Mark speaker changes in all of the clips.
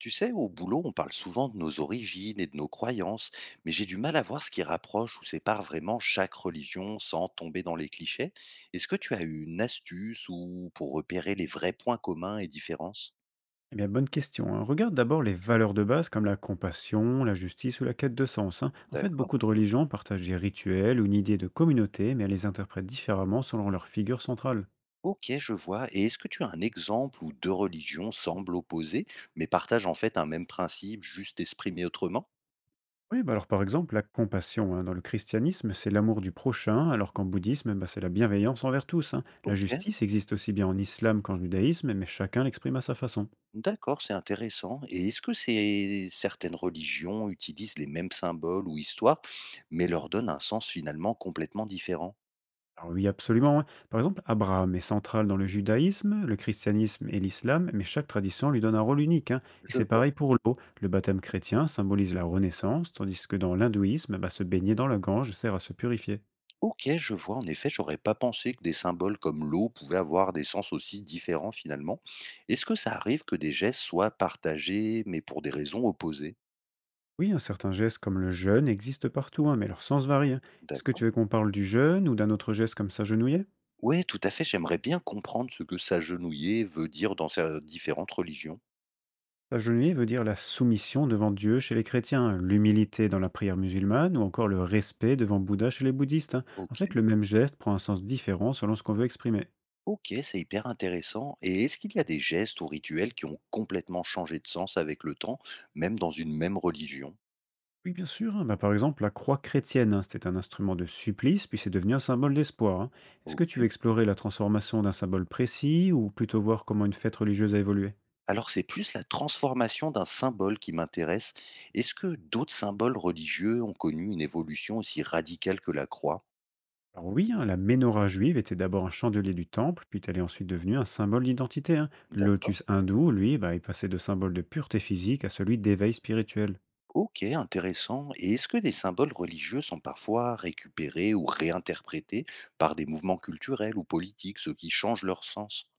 Speaker 1: Tu sais, au boulot, on parle souvent de nos origines et de nos croyances, mais j'ai du mal à voir ce qui rapproche ou sépare vraiment chaque religion sans tomber dans les clichés. Est-ce que tu as une astuce ou pour repérer les vrais points communs et différences.
Speaker 2: Eh bien, bonne question. Hein. Regarde d'abord les valeurs de base comme la compassion, la justice ou la quête de sens. Hein. En fait,
Speaker 1: D'accord.
Speaker 2: beaucoup de religions partagent des rituels ou une idée de communauté, mais elles les interprètent différemment selon leur figure centrale.
Speaker 1: Ok, je vois. Et est-ce que tu as un exemple où deux religions semblent opposées, mais partagent en fait un même principe, juste exprimé autrement.
Speaker 2: Oui, bah alors par exemple, la compassion. Hein. Dans le christianisme, c'est l'amour du prochain, alors qu'en bouddhisme, bah, c'est la bienveillance envers tous. Hein. La
Speaker 1: Ok.
Speaker 2: justice existe aussi bien en islam qu'en judaïsme, mais chacun l'exprime à sa façon.
Speaker 1: D'accord, c'est intéressant et est-ce que c'est certaines religions utilisent les mêmes symboles ou histoires, mais leur donnent un sens finalement complètement différent?
Speaker 2: Alors oui, absolument. Hein. Par exemple, Abraham est central dans le judaïsme, le christianisme et l'islam, mais chaque tradition lui donne un rôle unique. Hein. Et
Speaker 1: Je
Speaker 2: c'est
Speaker 1: vois.
Speaker 2: pareil pour l'eau. Le baptême chrétien symbolise la renaissance, tandis que dans l'hindouisme, bah, se baigner dans la Gange sert à se purifier.
Speaker 1: OK, je vois. En effet, j'aurais pas pensé que des symboles comme l'eau pouvaient avoir des sens aussi différents finalement. Est-ce que ça arrive que des gestes soient partagés, mais pour des raisons opposées?
Speaker 2: Oui, un certain geste comme le jeûne existe partout, hein, mais leur sens varie. Hein. Est-ce que
Speaker 1: D'accord.
Speaker 2: tu veux qu'on parle du jeûne ou d'un autre geste comme s'agenouiller?
Speaker 1: Oui, tout à fait, j'aimerais bien comprendre ce que s'agenouiller veut dire dans ces différentes religions.
Speaker 2: La genouiller veut dire la soumission devant Dieu chez les chrétiens, l'humilité dans la prière musulmane ou encore le respect devant Bouddha chez les bouddhistes. Hein. En fait,
Speaker 1: OK.
Speaker 2: le même geste prend un sens différent selon ce qu'on veut exprimer.
Speaker 1: OK, c'est hyper intéressant et est-ce qu'il y a des gestes ou rituels qui ont complètement changé de sens avec le temps, même dans une même religion?
Speaker 2: Oui, bien sûr. Hein, bah, par exemple, la croix chrétienne, hein, c'était un instrument de supplice, puis c'est devenu un symbole d'espoir. Hein. Est-ce que tu veux
Speaker 1: OK.
Speaker 2: explorer la transformation d'un symbole précis ou plutôt voir comment une fête religieuse a évolué?
Speaker 1: Alors c'est plus la transformation d'un symbole qui m'intéresse. Est-ce que d'autres symboles religieux ont connu une évolution aussi radicale que la croix?
Speaker 2: Alors oui, hein, la menorah juive était d'abord un chandelier du temple, puis elle est ensuite devenue un symbole d'identité. Hein. Le
Speaker 1: D'accord.
Speaker 2: lotus hindou, lui, bah, est passé de symbole de pureté physique à celui d'éveil spirituel.
Speaker 1: OK, intéressant et est-ce que des symboles religieux sont parfois récupérés ou réinterprétés par des mouvements culturels ou politiques, ce qui change leur sens?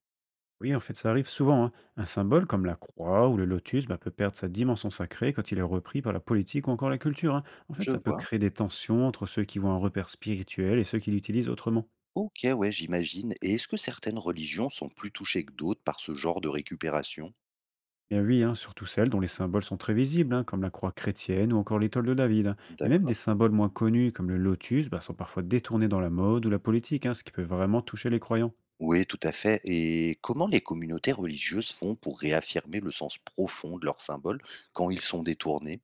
Speaker 2: Oui, en fait, ça arrive souvent. Hein. Un symbole comme la croix ou le lotus bah, peut perdre sa dimension sacrée quand il est repris par la politique ou encore la culture. Hein. En fait,
Speaker 1: Je
Speaker 2: ça peut
Speaker 1: vois.
Speaker 2: créer des tensions entre ceux qui voient un repère spirituel et ceux qui l'utilisent autrement.
Speaker 1: Ok, ouais, j'imagine. Et est-ce que certaines religions sont plus touchées que d'autres par ce genre de récupération.
Speaker 2: Bien oui, hein, surtout celles dont les symboles sont très visibles, hein, comme la croix chrétienne ou encore l'étoile de David. Hein. Mais même
Speaker 1: D'accord.
Speaker 2: des symboles moins connus, comme le lotus, bah, sont parfois détournés dans la mode ou la politique, hein, ce qui peut vraiment toucher les croyants.
Speaker 1: Oui, tout à fait. Et comment les communautés religieuses font pour réaffirmer le sens profond de leurs symboles quand ils sont détournés.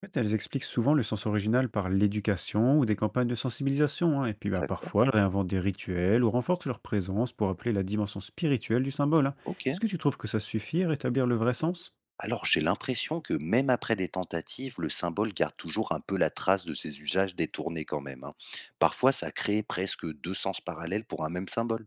Speaker 2: En fait, elles expliquent souvent le sens original par l'éducation ou des campagnes de sensibilisation, hein, et puis bah,
Speaker 1: D'accord.
Speaker 2: parfois elles réinventent des rituels ou renforcent leur présence pour appeler la dimension spirituelle du symbole. Hein.
Speaker 1: Ok.
Speaker 2: Est-ce que tu trouves que ça suffit à rétablir le vrai sens?
Speaker 1: Alors j'ai l'impression que même après des tentatives, le symbole garde toujours un peu la trace de ses usages détournés quand même, hein. Parfois, ça crée presque deux sens parallèles pour un même symbole.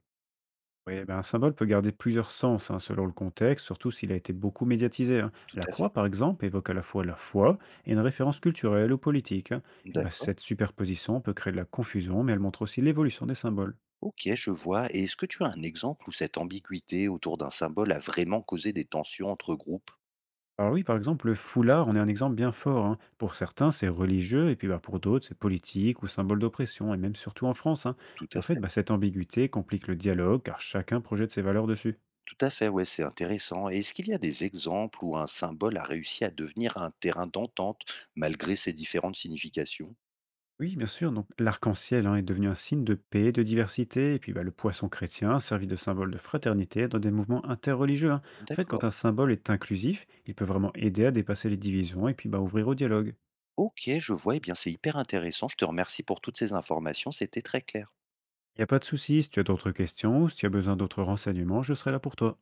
Speaker 2: Oui, ben, un symbole peut garder plusieurs sens hein, selon le contexte, surtout s'il a été beaucoup médiatisé. Hein.
Speaker 1: Tout
Speaker 2: La
Speaker 1: à fait.
Speaker 2: croix, par exemple, évoque à la fois la foi et une référence culturelle ou politique. Hein. Et ben,
Speaker 1: D'accord.
Speaker 2: cette superposition peut créer de la confusion, mais elle montre aussi l'évolution des symboles.
Speaker 1: Ok, je vois. Et est-ce que tu as un exemple où cette ambiguïté autour d'un symbole a vraiment causé des tensions entre groupes?
Speaker 2: Alors oui, par exemple, le foulard en est un exemple bien fort. Hein. Pour certains, c'est religieux, et puis bah, pour d'autres, c'est politique ou symbole d'oppression, et même surtout en France. Hein.
Speaker 1: Tout
Speaker 2: Puis
Speaker 1: à
Speaker 2: en fait,
Speaker 1: fait.
Speaker 2: bah, cette ambiguïté complique le dialogue, car chacun projette ses valeurs dessus.
Speaker 1: Tout à fait, ouais, c'est intéressant. Et est-ce qu'il y a des exemples où un symbole a réussi à devenir un terrain d'entente malgré ses différentes significations?
Speaker 2: Oui, bien sûr. Donc, l'arc-en-ciel hein, est devenu un signe de paix, de diversité. Et puis, bah, le poisson chrétien servit de symbole de fraternité dans des mouvements interreligieux. Hein. En fait, quand
Speaker 1: D'accord.
Speaker 2: un symbole est inclusif, il peut vraiment aider à dépasser les divisions et puis bah, ouvrir au dialogue.
Speaker 1: Ok, je vois. Eh bien, c'est hyper intéressant. Je te remercie pour toutes ces informations. C'était très clair.
Speaker 2: Il n'y a pas de souci. Si tu as d'autres questions ou si tu as besoin d'autres renseignements, je serai là pour toi.